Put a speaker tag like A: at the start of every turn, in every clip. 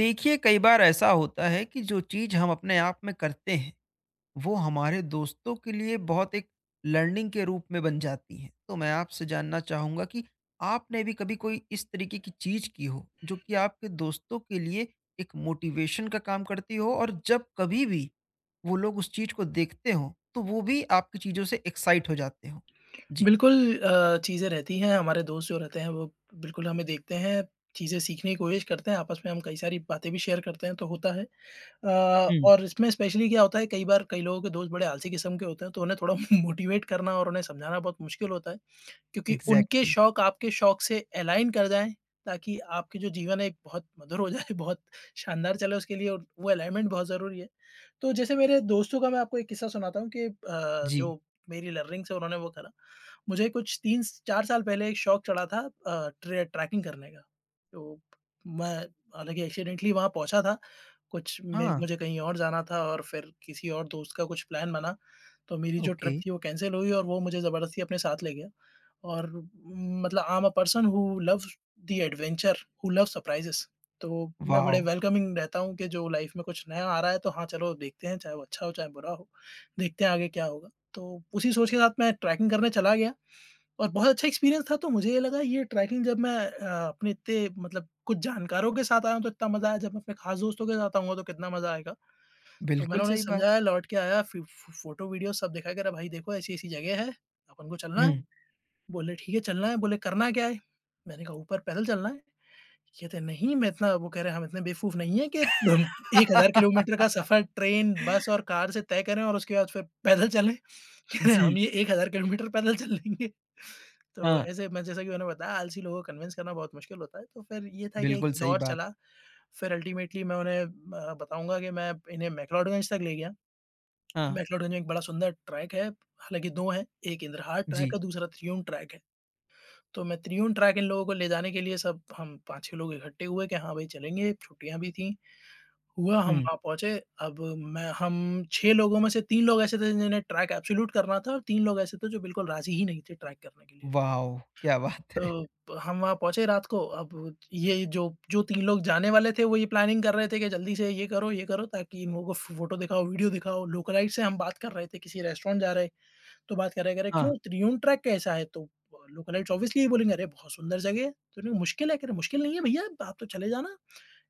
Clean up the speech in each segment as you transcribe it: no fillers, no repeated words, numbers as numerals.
A: देखिए, कई बार ऐसा होता है कि जो चीज़ हम अपने आप में करते हैं वो हमारे दोस्तों के लिए बहुत एक लर्निंग के रूप में बन जाती है। तो मैं आपसे जानना चाहूँगा कि आपने भी कभी कोई इस तरीके की चीज़ की हो जो कि आपके दोस्तों के लिए एक मोटिवेशन का काम करती हो और जब कभी भी वो लोग उस चीज़ को देखते हो तो वो भी आपकी चीज़ों से एक्साइट हो जाते हो। जी।
B: बिल्कुल, चीज़ें रहती हैं, हमारे दोस्त जो रहते हैं वो बिल्कुल हमें देखते हैं, चीज़ें सीखने की कोशिश करते हैं, आपस में हम कई सारी बातें भी शेयर करते हैं तो होता है।
A: हम्म।
B: और इसमें स्पेशली क्या होता है कई बार कई लोगों के दोस्त बड़े आलसी किस्म के होते हैं तो उन्हें थोड़ा मोटिवेट करना और उन्हें समझाना बहुत मुश्किल होता है। क्योंकि उनके
A: एग्जैक्टली।
B: शौक आपके शौक से अलाइन कर जाएँ ताकि आपके जो जीवन है एक बहुत मधुर हो जाए, बहुत शानदार चले उसके लिए और वो अलाइनमेंट बहुत ज़रूरी है। तो जैसे मेरे दोस्तों का मैं आपको एक किस्सा सुनाता हूँ कि
A: जी।
B: जो मेरी लर्निंग से उन्होंने वो करा। मुझे कुछ 3-4 साल पहले एक शौक चढ़ा था, अ, ट्रे ट्रैकिंग करने का। तो मैं हालाँकि एक्सीडेंटली वहाँ पहुँचा था, कुछ मेरे
A: हाँ।
B: मुझे कहीं और जाना था और फिर किसी और दोस्त का कुछ प्लान बना, तो मेरी जो
A: ओके।
B: ट्रिप थी वो कैंसल हुई और वो मुझे ज़बरदस्ती अपने साथ ले गया। और मतलब I am a person who loves the adventure, who loves surprises. तो मैं बड़े
A: वाह।
B: वेलकमिंग रहता हूँ कि जो लाइफ़ में कुछ नया आ रहा है तो हाँ, चलो देखते हैं, चाहे वो अच्छा हो, चाहे बुरा हो, देखते हैं आगे क्या होगा। तो उसी सोच के साथ मैं ट्रैकिंग करने चला गया। और बहुत अच्छा एक्सपीरियंस था तो मुझे ये लगा ये ट्रैकिंग जब मैं अपने इतने मतलब कुछ जानकारों के साथ आया हूँ तो इतना मज़ा आया, जब मैं अपने ख़ास दोस्तों के साथ आऊँगा तो कितना मज़ा आएगा। तो
A: बिल्कुल
B: मैंने उन्हें
A: सही बात।
B: समझाया, लौट के आया, फ़ि फ़ो फ़ोटो वीडियो सब दिखाया कि अरे भाई देखो ऐसी-ऐसी जगह है, अपन को चलना है।
A: हम्म।
B: बोले ठीक है चलना है, बोले करना क्या है? मैंने कहा ऊपर पैदल चलना है। कहते हैं, "नहीं मैं इतना", वो कह रहे हैं, "हम इतने बेवकूफ़ नहीं है कि हम 1000 किलोमीटर का सफ़र ट्रेन, बस और कार से तय करें और उसके बाद फिर पैदल चलें।" कह रहे हैं, "हम
A: जी।
B: ये 1000 किलोमीटर पैदल चल लेंगे।" तो
A: हाँ,
B: ऐसे मैं जैसा कि मैंने बताया आलसी लोगों को कन्विंस करना बहुत मुश्किल होता है, तो फिर ये था कि एक
A: बिल्कुल सही
B: दौर
A: बात।
B: चला, फिर अल्टीमेटली मैं उन्हें, बताऊँगा कि मैं इन्हें मैक्लोडगंज तक ले गया।
A: हाँ,
B: मैक्लोडगंज में एक बड़ा सुंदर ट्रैक है, हालाँकि 2 हैं, एक इंद्रहाट ट्रैक
A: जी।
B: है, दूसरा त्रियुण ट्रैक है। तो मैं त्रियुण ट्रैक इन लोगों को ले जाने के लिए, सब हम 5-6 लोग इकट्ठे हुए कि हाँ भाई चलेंगे, छुट्टियाँ भी थीं। हुआ हम
A: हुँ।
B: वहाँ पहुँचे, अब मैं हम 6 लोगों में से 3 लोग ऐसे थे जिन्हें ट्रैक एब्सोल्यूट करना था और 3 लोग ऐसे थे जो बिल्कुल राज़ी ही नहीं थे ट्रैक करने के लिए।
A: वॉव! क्या बात है।
B: तो हम वहाँ पहुँचे रात को, अब ये जो जो 3 लोग जाने वाले थे वो ये प्लानिंग कर रहे थे कि जल्दी से ये करो ताकि इन लोगों को फ़ोटो दिखाओ, वीडियो दिखाओ। लोकेलाइट से हम बात कर रहे थे, किसी रेस्टोरेंट जा रहे, तो बात कर रहे कह रहे
A: हाँ।
B: क्यों त्रियुण ट्रैक कैसा है? तो लोकलाइट्स ऑब्वियसली ये बोलेंगे अरे बहुत सुंदर जगह है। तो उन्हें मुश्किल है? कह रहे मुश्किल नहीं है भैया, आप तो चले जाना।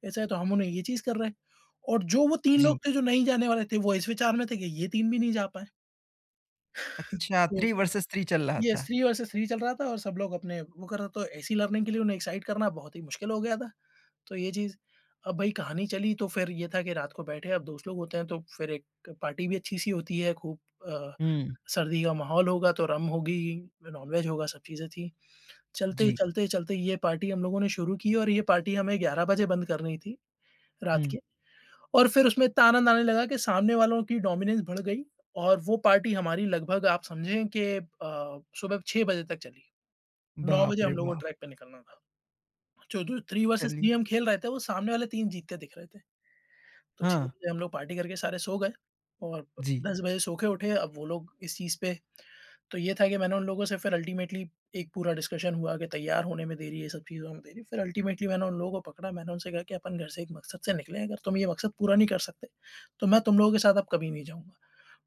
B: ऐसा है तो हम उन्हें ये चीज़ कर रहे हैं। और जो वो 3
A: जी,
B: लोग थे जो नहीं जाने वाले थे वो इस विचार में थे कि ये 3 भी नहीं जा पाए।
A: अच्छा, 3
B: तो
A: वर्सेस 3 चल रहा
B: यस,
A: था।
B: 3 वर्सेस 3 चल रहा था और सब लोग अपने वो कर रहे, तो ऐसी लर्निंग के लिए उन्हें एक्साइट करना बहुत ही मुश्किल हो गया था। तो ये चीज़, अब भई कहानी चली तो फिर ये था कि रात को बैठे, अब दोस्त लोग होते हैं तो फिर एक पार्टी भी अच्छी-सी होती है, खूब, अ,
A: हुँ।
B: सर्दी का माहौल होगा तो रम होगी, नॉन-वेज होगा, सब चीज़ें थी। चलते ही,
A: जी।
B: चलते ही, चलते ही ये पार्टी हम लोगों ने शुरू की और ये पार्टी हमें 11 बजे बंद करनी थी, रात
A: हुँ।
B: के। और फिर उसमें इतना आनंद आने लगा कि सामने वालों की डोमिनेंस बढ़ गई और वो पार्टी हमारी लगभग आप समझें कि सुबह 6 बजे तक चली। 9
A: बाप
B: बजे हम
A: रे
B: लोगों को
A: बाप!
B: ट्रैक पे निकलना था। जो जो 3 वर्सेस
A: चलिए।
B: 3 हम खेल रहे थे, वो सामने वाले 3 जीतते दिख रहे थे। तो 6
A: हाँ।
B: बजे हम लोग पार्टी करके सारे सो गए और
A: जी।
B: 10 बजे सो के उठे। अब वो लोग इस चीज़ पे, तो ये था कि मैंने उन लोगों से फिर अल्टीमेटली एक पूरा डिस्कशन हुआ कि तैयार होने में देरी है, ये सब चीज़ों में देरी है। फिर अल्टीमेटली मैंने उन लोगों को पकड़ा, मैंने उनसे कहा कि अपन घर से एक मकसद से निकले हैं, अगर तुम ये मकसद पूरा नहीं कर सकते, तो मैं तुम लोगों के साथ अब कभी नहीं जाऊँगा।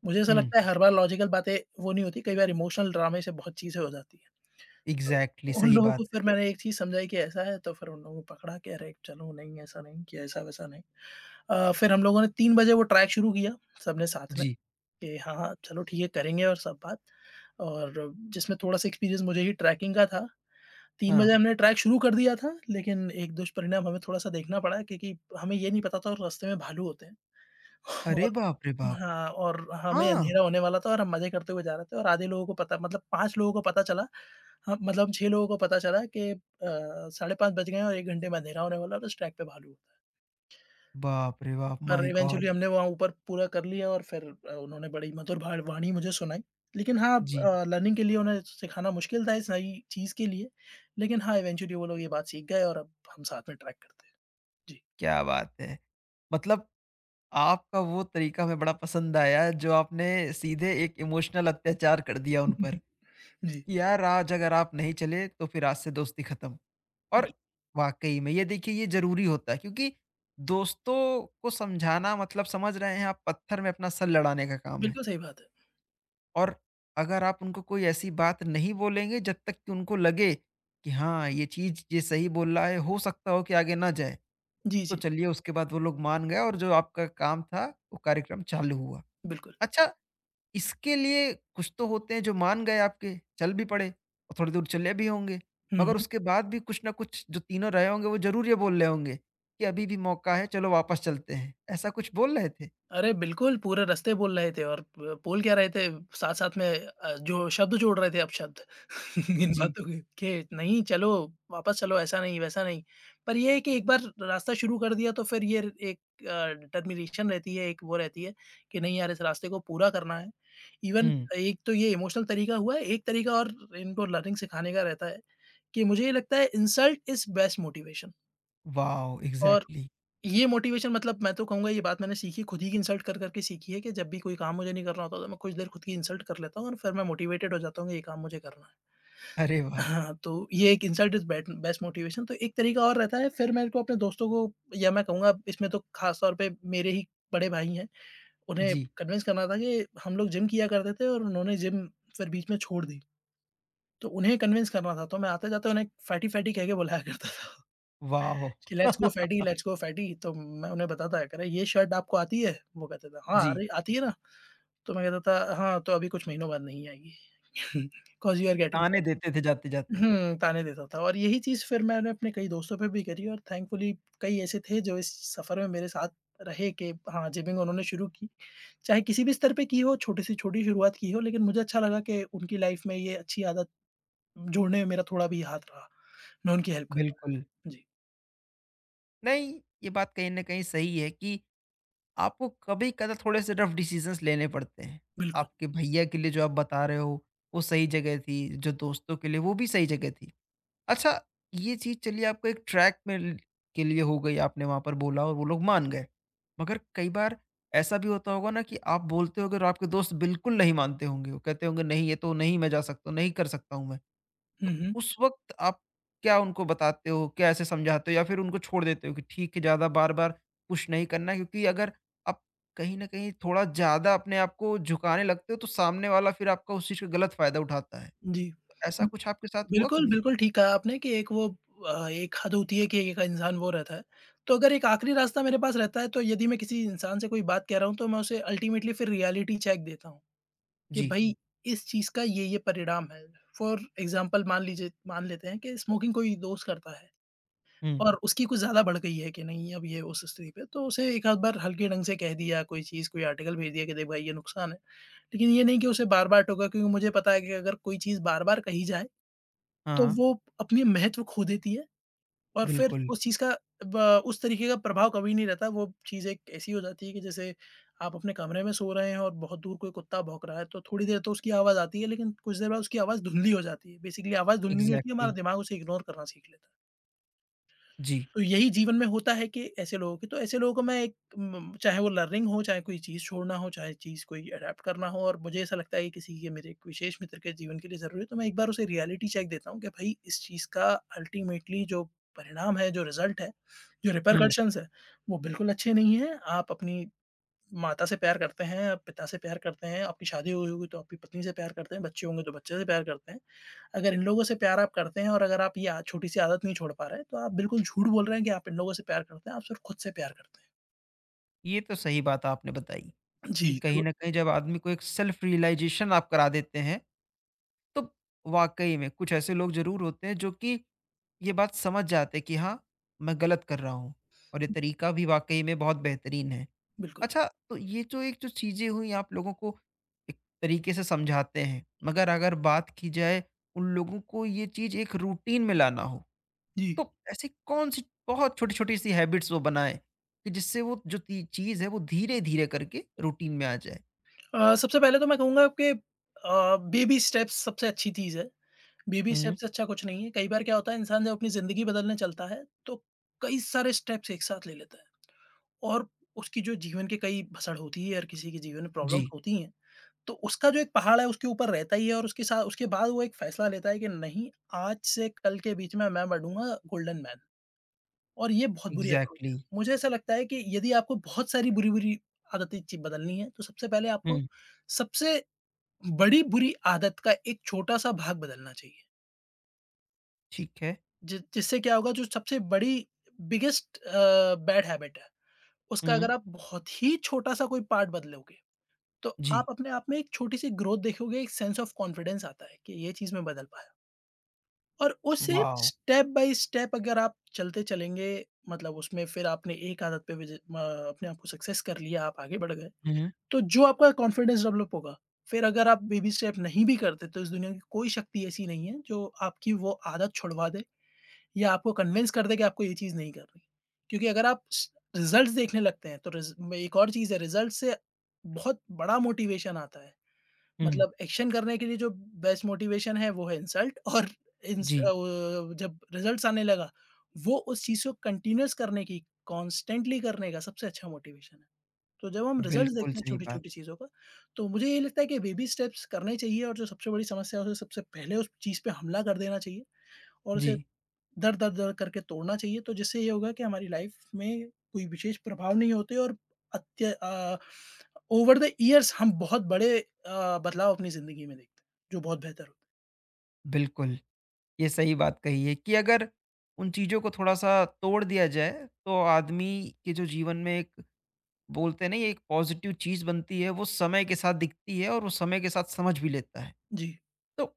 B: मुझे ऐसा
A: हुँ।
B: लगता है हर बार लॉजिकल बातें वो नहीं होती, कई बार इमोशनल ड्रामे से बहुत चीज़ें हो जाती हैं। तो
A: इग्ज़ैक्टली
B: उन
A: सही
B: लोगों
A: बात
B: को
A: है।
B: फिर मैंने एक चीज़ समझाई कि ऐसा है, तो फिर उन लोगों को पकड़ा कि अरे चलो नहीं ऐसा नहीं कि ऐसा-वैसा नहीं। फिर हम लोगों ने 3 बजे वो ट्रैक शुरू किया सबने साथ में
A: जी।
B: कि हाँ, हाँ, चलो ठीक है करेंगे और सब बात, और जिसमें थोड़ा-सा एक्सपीरियंस मुझे ही ट्रैकिंग का था। 3
A: हाँ।
B: बजे हमने ट्रैक शुरू कर दिया था, लेकिन एक दुष्परिणाम हमें थोड़ा-सा देखना पड़ा क्योंकि हमें ये नहीं पता था और रास्ते में भालू होते हैं।
A: अरे
B: और
A: बाप रे बाप!
B: हाँ, और हमें
A: हाँ,
B: अँधेरा होने वाला था और हम मज़े करते हुए जा रहे थे और आधे लोगों को पता, मतलब 5 लोगों को पता चला हाँ, मतलब 6 लोगों को पता चला कि साढ़े 5 बज गए हैं और 1 घंटे में अँधेरा होने वाला है और उस ट्रैक पे भालू होता है।
A: बाप रे बाप!
B: पर
A: माय
B: इवेंचुअली
A: गॉड!
B: हमने वहाँ ऊपर पूरा कर लिया और फिर उन्होंने बड़ी मधुर भा वाणी मुझे सुनाई। लेकिन हाँ,
A: जी,
B: लर्निंग के लिए उन्हें सिखाना मुश्किल था इस नई चीज़ के लिए। लेकिन हाँ, इवेंचुअली वो लोग ये बात सीख गए और अब हम साथ में ट्रैक करते हैं। जी।
A: क्या बात है। मतलब, आपका वो तरीका हमें बड़ा पसंद आया जो आपने सीधे एक इमोशनल अत्याचार कर दिया उन पर।
B: जी,
A: कि यार, आज अगर आप नहीं चले तो फिर आज से दोस्ती खत्म। और
B: बिल
A: वाकई में ये देखिए, ये जरूरी होता है, क्योंकि दोस्तों को समझाना मतलब, समझ रहे हैं आप, पत्थर में अपना सर लड़ाने का काम है।
B: बिल्कुल सही बात है।
A: और अगर आप उनको कोई ऐसी बात नहीं बोलेंगे जब तक कि उनको लगे कि हाँ, ये चीज, ये सही बोल रहा है, हो सकता हो कि आगे ना जाए।
B: जी,
A: तो
B: जी,
A: चलिए, उसके बाद वो लोग मान गए और जो आपका काम था वो कार्यक्रम चालू हुआ।
B: बिल्कुल।
A: अच्छा, इसके लिए कुछ तो होते हैं जो मान गए आपके, चल भी पड़े और थोड़ी दूर चले भी होंगे।
B: हुँ,
A: मगर
B: हुँ।
A: उसके बाद भी कुछ ना कुछ जो तीनों रहे होंगे वो ज़रूर ये बोल रहे होंगे कि अभी भी मौका है, चलो वापस चलते हैं। ऐसा कुछ बोल रहे थे?
B: अरे बिल्कुल, पूरे रास्ते बोल रहे थे और ब बोल क्या रहे थे, साथ-साथ में, जो शब्द जोड़ रहे थे अपशब्द इन
A: जी।
B: बातों के कि नहीं चलो, वापस चलो, ऐसा नहीं, वैसा नहीं। पर ये है कि एक बार रास्ता शुरू कर दिया तो फिर ये एक, डिटर्मिनेशन रहती है, एक वो रहती है कि नहीं यार इस रास्ते को पूरा करना है। इवन
A: हुँ।
B: एक तो ये इमोशनल तरीका हुआ है, एक तरीका और इनको लर्निंग सिखाने का रहता है कि मुझे ये लगता है insult is best motivation.
A: Wow!
B: और
A: एग्ज़ैक्टली।
B: ये मोटिवेशन मतलब मैं तो कहूँगा ये बात मैंने सीखी, खुद ही की इंसल्ट कर कर के सीखी है कि जब भी कोई काम मुझे नहीं करना होता तो मैं कुछ देर खुद की इंसल्ट कर लेता हूँ और फिर मैं मोटिवेटेड हो जाता हूँ कि ये काम मुझे करना है।
A: अरे वाह!
B: हाँ, तो ये एक insult is bet best motivation, तो एक तरीका और रहता है फिर मेरे को अपने दोस्तों को, या मैं कहूँगा इसमें तो ख़ास तौर पे मेरे ही बड़े भाई हैं, उन्हें
A: जी।
B: कन्विंस करना था कि हम लोग जिम किया करते थे और उन्होंने जिम फिर बीच में छोड़ दी। तो उन्हें कन्विंस करना था तो मैं आते-जाते उन्हें फैटी-फैटी कह के बुलाया करता था।
A: वॉव!
B: कि let's go fatty let's go fatty, तो मैं उन्हें बताता है, कह रहा है, "ये शर्ट आपको आती है?" वो कहता था, "हाँ,
A: जी।
B: अरे आती है ना।" तो मैं कहता था, "हाँ, तो अभी कुछ महीनों बाद नहीं आएगी, 'कॉज़ यू आर गेटिंग
A: ताने
B: फैट।'"
A: देते थे जाते-जाते।
B: हुँ, ताने देता था और यही चीज़ फिर मैंने अपने कई दोस्तों पे भी करी और थैंकफुली कई ऐसे थे जो इस सफ़र में मेरे साथ रहे कि हाँ, जिमिंग उन्होंने शुरू की। चाहे किसी भी स्तर पे की हो, छोटी से छोटी शुरुआत की हो, लेकिन मुझे अच्छा लगा कि उनकी लाइफ़ में ये अच्छी आदत जोड़ने में मेरा थोड़ा भी हाथ रहा। मैं उनकी हेल्प कर
A: बिल्कुल।
B: पाया। जी,
A: नहीं, ये बात कहीं न कहीं सही है कि आपको कभी कदा थोड़े से रफ डिसीजंस लेने पड़ते हैं।
B: बिल्कुल।
A: आपके भैया के लिए जो आप बता रहे हो, वो सही जगह थी, जो दोस्तों के लिए वो भी सही जगह थी। अच्छा, ये चीज़ चलिए आपको एक ट्रैक में ल के लिए हो गई, आपने वहाँ पर बोला और वो लोग मान गए। मगर कई बार ऐसा भी होता होगा ना कि आप बोलते होगे और आपके दोस्त बिल्कुल नहीं मानते होंगे, वो कहते होंगे नहीं, ये तो नहीं, मैं जा सकता हूँ, नहीं कर सकता हूँ मैं।
B: हुँ,
A: तो
B: हुँ।
A: उस वक़्त आप क्या उनको बताते हो? कैसे समझाते हो, या फिर उनको छोड़ देते हो कि ठीक है, ज़्यादा बार-बार पुश नहीं करना है, क्योंकि अगर आप कहीं न कहीं थोड़ा ज़्यादा अपने आप को झुकाने लगते हो तो सामने वाला फिर आपका, उस चीज़ का गलत फ़ायदा उठाता है।
B: जी।
A: तो ऐसा कुछ आपके साथ हुआ
B: बिल्कुल,
A: कभी?
B: बिल्कुल ठीक कहा आपने कि एक वो, एक हद होती है कि एक इंसान वो रहता है। तो अगर एक आखिरी रास्ता मेरे पास रहता है तो यदि मैं किसी इंसान से कोई बात कह रहा हूँ तो मैं उसे अल्टीमेटली फिर रियलिटी चेक देता हूँ कि हुँ।
A: जी।
B: भई इस चीज़ का ये-ये परिणाम है। फॉर एग्ज़ाम्पल मान लीजिए, मान लेते हैं कि स्मोकिंग कोई दोस्त करता है
A: हुँ।
B: और उसकी कुछ ज़्यादा बढ़ गई है कि नहीं अब ये उस स्थिति पे, तो उसे एक आध बार हल्के ढंग से कह दिया कोई चीज़, कोई आर्टिकल भेज दिया कि देख भाई ये नुकसान है। लेकिन ये नहीं कि उसे बार-बार टोका क्योंकि मुझे पता है कि अगर कोई चीज़ बार-बार कही जाए तो
A: हाँ,
B: वो अपने महत्व खो देती है और फिर
A: बिल्कुल।
B: उस चीज़ का ब उस तरीके का प्रभाव कभी नहीं रहता। वो चीज़ एक ऐसी हो जाती है कि जैसे आप अपने कमरे में सो रहे हैं और बहुत दूर कोई कुत्ता भौंक रहा है, तो थोड़ी देर तो उसकी आवाज़ आती है, लेकिन कुछ देर बाद उसकी आवाज़ धुंधली हो जाती है। बेसिकली आवाज़ धुंधली नहीं होती है, हमारा
A: एग्ज़ैक्टली।
B: दिमाग उसे इग्नोर करना सीख लेता है।
A: जी।
B: तो यही जीवन में होता है कि ऐसे लोगों को मैं चाहे वो लर्निंग हो चाहे कोई चीज़ छोड़ना हो चाहे चीज़ कोई अडेप्ट करना हो और मुझे ऐसा लगता है कि किसी के मेरे एक विशेष मित्र के जीवन के लिए ज़रूरी है तो मैं एक बार उसे रियलिटी चेक देता हूँ कि भाई इस चीज़ का अल्टीमेटली जो परिणाम है, जो रिजल्ट है, जो
A: हुँ।
B: रिपरकशंस है, वो बिल्कुल अच्छे नहीं है। आप अपनी माता से प्यार करते हैं, आप पिता से प्यार करते हैं, आपकी शादी हुई होगी तो आपकी पत्नी से प्यार करते हैं, बच्चे होंगे तो बच्चे से प्यार करते हैं। अगर इन लोगों से प्यार आप करते हैं और अगर आप ये आ छोटी-सी आदत नहीं छोड़ पा रहे हैं, तो आप बिल्कुल झूठ बोल रहे हैं कि आप इन लोगों से प्यार करते हैं, आप सिर्फ़ खुद से प्यार करते हैं।
A: ये तो सही बात आपने बताई कि
B: जी,
A: कहीं
B: तो
A: न कहीं जब आदमी को एक सेल्फ रियलाइज़ेशन आप करा देते हैं, तो वाक़ई में कुछ ऐसे लोग ज़रूर होते हैं जो कि ये बात समझ जाते कि हाँ, मैं गलत कर रहा हूँ, और ये तरीका भी वाक़ई में बहुत बेहतरीन है।
B: बिल्कुल।
A: अच्छा, तो ये जो एक जो चीज़ें हुई, आप लोगों को एक तरीके से समझाते हैं, मगर अगर बात की जाए उन लोगों को ये चीज़ एक रूटीन में लाना हो,
B: जी,
A: तो ऐसी कौन-सी बहुत छोटी-छोटी सी हैबिट्स वो बनाएँ कि जिससे वो जो ती चीज़ है वो धीरे-धीरे करके रूटीन में आ जाए?
B: सबसे पहले तो मैं कहूँगा कि बेबी स्टेप्स सबसे अच्छी चीज़ है। बेबी स्टेप
A: हुँ।
B: से अच्छा कुछ नहीं है। कई बार क्या होता है इंसान जब अपनी ज़िंदगी बदलने चलता है, तो कई सारे स्टेप्स एक साथ ले लेता है और उसकी जो जीवन के कई भसड़ होती है, हर किसी के जीवन में प्रॉब्लम
A: जी,
B: होती हैं। तो उसका जो एक पहाड़ है उसके ऊपर रहता ही है और उसके साथ उसके बाद वो एक फैसला लेता है कि नहीं, आज से कल के बीच में मैं बनूंगा गोल्डन मैन। और ये बहुत बुरी अप्रोच है।
A: एग्ज़ैक्टली।
B: मुझे ऐसा लगता है कि यदि आपको बहुत सारी बुरी बुरी आदतें बदलनी है तो सबसे पहले आपको
A: हुँ।
B: सबसे बड़ी बुरी आदत का एक छोटा सा भाग बदलना चाहिए।
A: ठीक है।
B: जिससे क्या होगा, जो सबसे बड़ी बिगेस्ट बैड हैबिट है, उसका
A: हुँ,
B: अगर आप बहुत ही छोटा सा कोई पार्ट बदलोगे, तो
A: जी।
B: आप अपने आप में एक छोटी सी ग्रोथ देखोगे। एक सेंस ऑफ कॉन्फिडेंस आता है कि ये चीज मैं बदल पाया और उसे
A: वॉव!
B: स्टेप बाय स्टेप अगर आप चलते चलेंगे, मतलब उसमें फिर आपने एक आदत पे विजय म अपने आप को सक्सेस कर लिया, आप आगे बढ़ गए,
A: हुँ,
B: तो जो आपका कॉन्फिडेंस डेवलप होगा, फिर अगर आप बेबी स्टेप नहीं भी करते, तो इस दुनिया की कोई शक्ति ऐसी नहीं है जो आपकी वो आदत छुड़वा दे या आपको कन्विंस कर दे कि आपको ये चीज़ नहीं करनी। क्योंकि अगर आप स रिज़ल्ट्स देखने लगते हैं, तो रिज़ म एक और चीज़ है, रिज़ल्ट से बहुत बड़ा मोटिवेशन आता है।
A: हुँ।
B: मतलब एक्शन करने के लिए जो बेस्ट मोटिवेशन है वो है इंसल्ट और
A: जी।
B: वो जब रिजल्ट्स आने लगा, वो उस चीज़ को कंटिन्यूअस करने की, कॉन्स्टेंटली करने का सबसे अच्छा मोटिवेशन है। तो जब हम रिजल्ट्स
A: बिल्कुल
B: देखते हैं
A: सही बात।
B: छोटी-छोटी चीज़ों का, तो मुझे ये लगता है कि बेबी स्टेप्स करने चाहिए और जो सबसे बड़ी समस्या है उसे सबसे पहले उस चीज़ पे हमला कर देना चाहिए और उसे
A: जी,
B: दर करके तोड़ना चाहिए। तो जिससे ये होगा कि हमारी लाइफ में कोई विशेष प्रभाव नहीं होते और अत्य अ, ओवर द इयर्स हम बहुत बड़े बदलाव अपनी ज़िंदगी में देखते हैं, जो बहुत बेहतर होते
A: बिल्कुल, ये सही बात कही है कि अगर उन चीज़ों को थोड़ा-सा तोड़ दिया जाए, तो आदमी के जो जीवन में एक, बोलते हैं ना, ये एक पॉज़िटिव चीज़ बनती है, वो समय के साथ दिखती है और वो समय के साथ समझ भी लेता है।
B: हैं। जी।
A: तो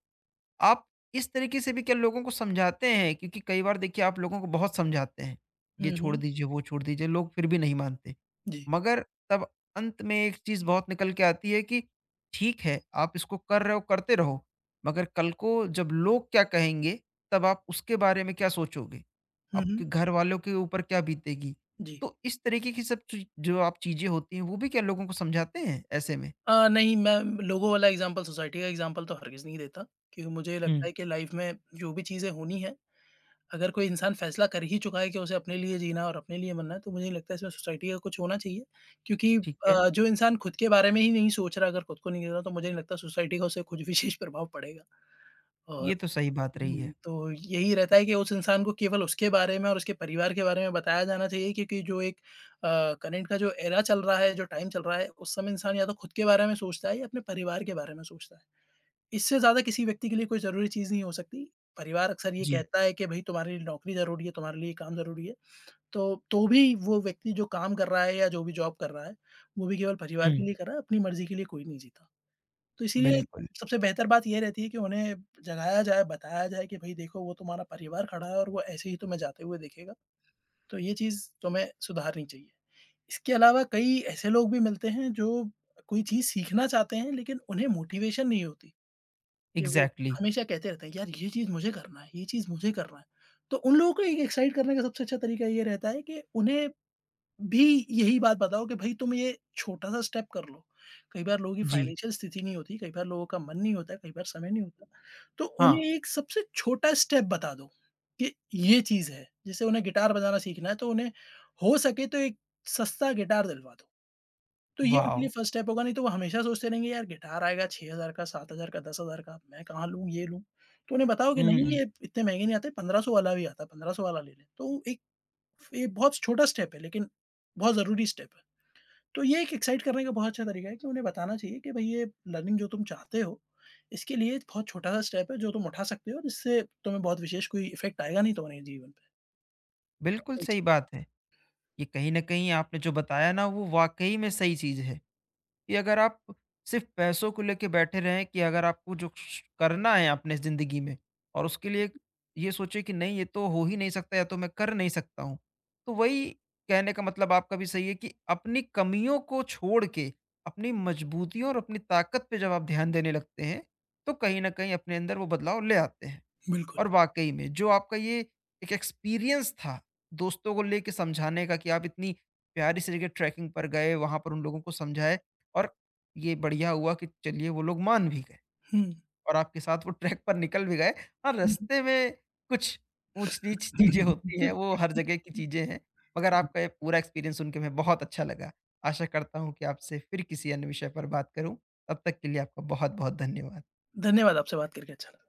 A: आप इस तरीके से भी क्या लोगों को समझाते हैं? क्योंकि कई बार देखिए, आप लोगों को बहुत समझाते हैं, ये
B: हुँ,
A: छोड़
B: हुँ।
A: दीजिए, वो छोड़ दीजिए, लोग फिर भी नहीं मानते।
B: जी।
A: मगर तब अंत में एक चीज़ बहुत निकल के आती है कि ठीक है, आप इसको कर रहे हो, करते रहो, मगर कल को जब लोग क्या कहेंगे, तब आप उसके बारे में क्या सोचोगे?
B: हुँ, हुँ।
A: आपके घर वालों के ऊपर क्या बीतेगी?
B: जी।
A: तो इस तरीके की सब चीज़ जो आप, चीज़ें होती हैं, वो भी क्या लोगों को समझाते हैं ऐसे में?
B: नहीं, मैं लोगों वाला एग्ज़ाम्पल, सोसाइटी का एग्ज़ाम्पल तो हरगिज़ नहीं देता, क्योंकि मुझे लगता
A: हुँ।
B: है कि लाइफ में जो भी चीज़ें होनी है, अगर कोई इंसान फ़ैसला कर ही चुका है कि उसे अपने लिए जीना और अपने लिए मरना है, तो मुझे नहीं लगता है इसमें सोसाइटी का कुछ होना चाहिए। क्योंकि
A: ठीक है,
B: जो इंसान खुद के बारे में ही नहीं सोच रहा, अगर खुद को नहीं देख रहा, तो मुझे नहीं लगता सोसाइटी का उसे कुछ विशेष प्रभाव पड़ेगा। और
A: ये तो सही बात रही है।
B: तो यही रहता है कि उस इंसान को केवल उसके बारे में और उसके परिवार के बारे में बताया जाना चाहिए। क्योंकि जो एक करंट का जो एरा चल रहा है, जो टाइम चल रहा है, उस समय इंसान या तो खुद के बारे में सोचता है या अपने परिवार के बारे में सोचता है। इससे ज़्यादा किसी व्यक्ति के लिए कोई ज़रूरी चीज़ नहीं हो सकती। परिवार अक्सर ये
A: जी।
B: कहता है कि भई तुम्हारे लिए नौकरी ज़रूरी है, तुम्हारे लिए काम ज़रूरी है। तो भी वो व्यक्ति जो काम कर रहा है या जो भी जॉब कर रहा है, वो भी केवल परिवार
A: हुँ।
B: के लिए कर रहा है, अपनी मर्ज़ी के लिए कोई नहीं जीता। तो इसीलिए
A: बिल्कुल।
B: सबसे बेहतर बात ये रहती है कि उन्हें जगाया जाए, बताया जाए कि भई देखो वो तुम्हारा परिवार खड़ा है और वो ऐसे ही तुम्हें जाते हुए देखेगा। तो ये चीज़ तुम्हें सुधारनी चाहिए। इसके अलावा कई ऐसे लोग भी मिलते हैं जो कोई चीज़ सीखना चाहते हैं लेकिन उन्हें मोटिवेशन नहीं होती। कि वो
A: एग्ज़ैक्टली।
B: हमेशा कहते रहते हैं, "यार ये चीज़ मुझे करना है, ये चीज़ मुझे करना है।" तो उन लोगों को एक एक्साइट करने का सबसे अच्छा तरीका ये रहता है कि उन्हें भी यही बात बताओ कि भाई तुम ये छोटा-सा स्टेप कर लो। कई बार लोगों की
A: जी।
B: फाइनेंशियल स्थिति नहीं होती, कई बार लोगों का मन नहीं होता, कई बार समय नहीं होता। तो
A: हाँ।
B: उन्हें एक सबसे छोटा स्टेप बता दो कि ये चीज़ है। जैसे उन्हें गिटार बजाना सीखना है तो उन्हें हो सके तो एक सस्ता गिटार दिलवा दो। तो ये उनके
A: वॉव!
B: लिए फर्स्ट स्टेप होगा, नहीं तो वो हमेशा सोचते रहेंगे, यार गिटार आएगा 6,000 का, 7,000 का, 10,000 का, मैं कहाँ लूँ, ये लूँ। तो उन्हें बताओ कि नहीं,
A: हुँ,
B: ये इतने महँगे नहीं आते, 1500 वाला भी आता है, 1500 वाला ले लें। तो एक ये बहुत छोटा स्टेप है लेकिन बहुत ज़रूरी स्टेप है। तो ये एक एक्साइट करने का बहुत अच्छा तरीका है कि उन्हें बताना चाहिए कि भई ये लर्निंग जो तुम चाहते हो, इसके लिए एक बहुत छोटा-सा स्टेप है जो तुम उठा सकते हो और इससे तुम्हें बहुत विशेष कोई इफ़ेक्ट आएगा नहीं तुम्हारे जीवन
A: बिल्कुल
B: पे।
A: सही
B: जी,
A: बात है। ये कहीं न कहीं आपने जो बताया ना, वो वाक़ई में सही चीज़ है, कि अगर आप सिर्फ़ पैसों को लेके बैठे रहें कि अगर आपको जो श करना है अपने ज़िंदगी में और उसके लिए ये सोचे कि नहीं, ये तो हो ही नहीं सकता, या तो मैं कर नहीं सकता हूँ। तो वही कहने का मतलब आपका भी सही है कि अपनी कमियों को छोड़ के अपनी मजबूतियों और अपनी ताकत पे जब आप ध्यान देने लगते हैं, तो कहीं न कहीं अपने अंदर वो बदलाव ले आते हैं।
B: बिल्कुल।
A: और वाक़ई में जो आपका ये एक एक्सपीरियंस था, दोस्तों को लेके समझाने का, कि आप इतनी प्यारी सी जगह ट्रैकिंग पर गए, वहाँ पर उन लोगों को समझाए, और ये बढ़िया हुआ कि चलिए वो लोग मान भी गए
B: हुँ।
A: और आपके साथ वो ट्रैक पर निकल भी गए। हाँ, रास्ते में कुछ ऊँच-नीच चीज़ें होती हैं, वो हर जगह की चीज़ें हैं, मगर आपका ये पूरा एक्सपीरियंस सुन के मैं बहुत अच्छा लगा। आशा करता हूँ कि आपसे फिर किसी अन्य विषय पर बात करूँ। तब तक के लिए आपका बहुत-बहुत धन्यवाद।
B: धन्यवाद, आपसे बात करके अच्छा लगा।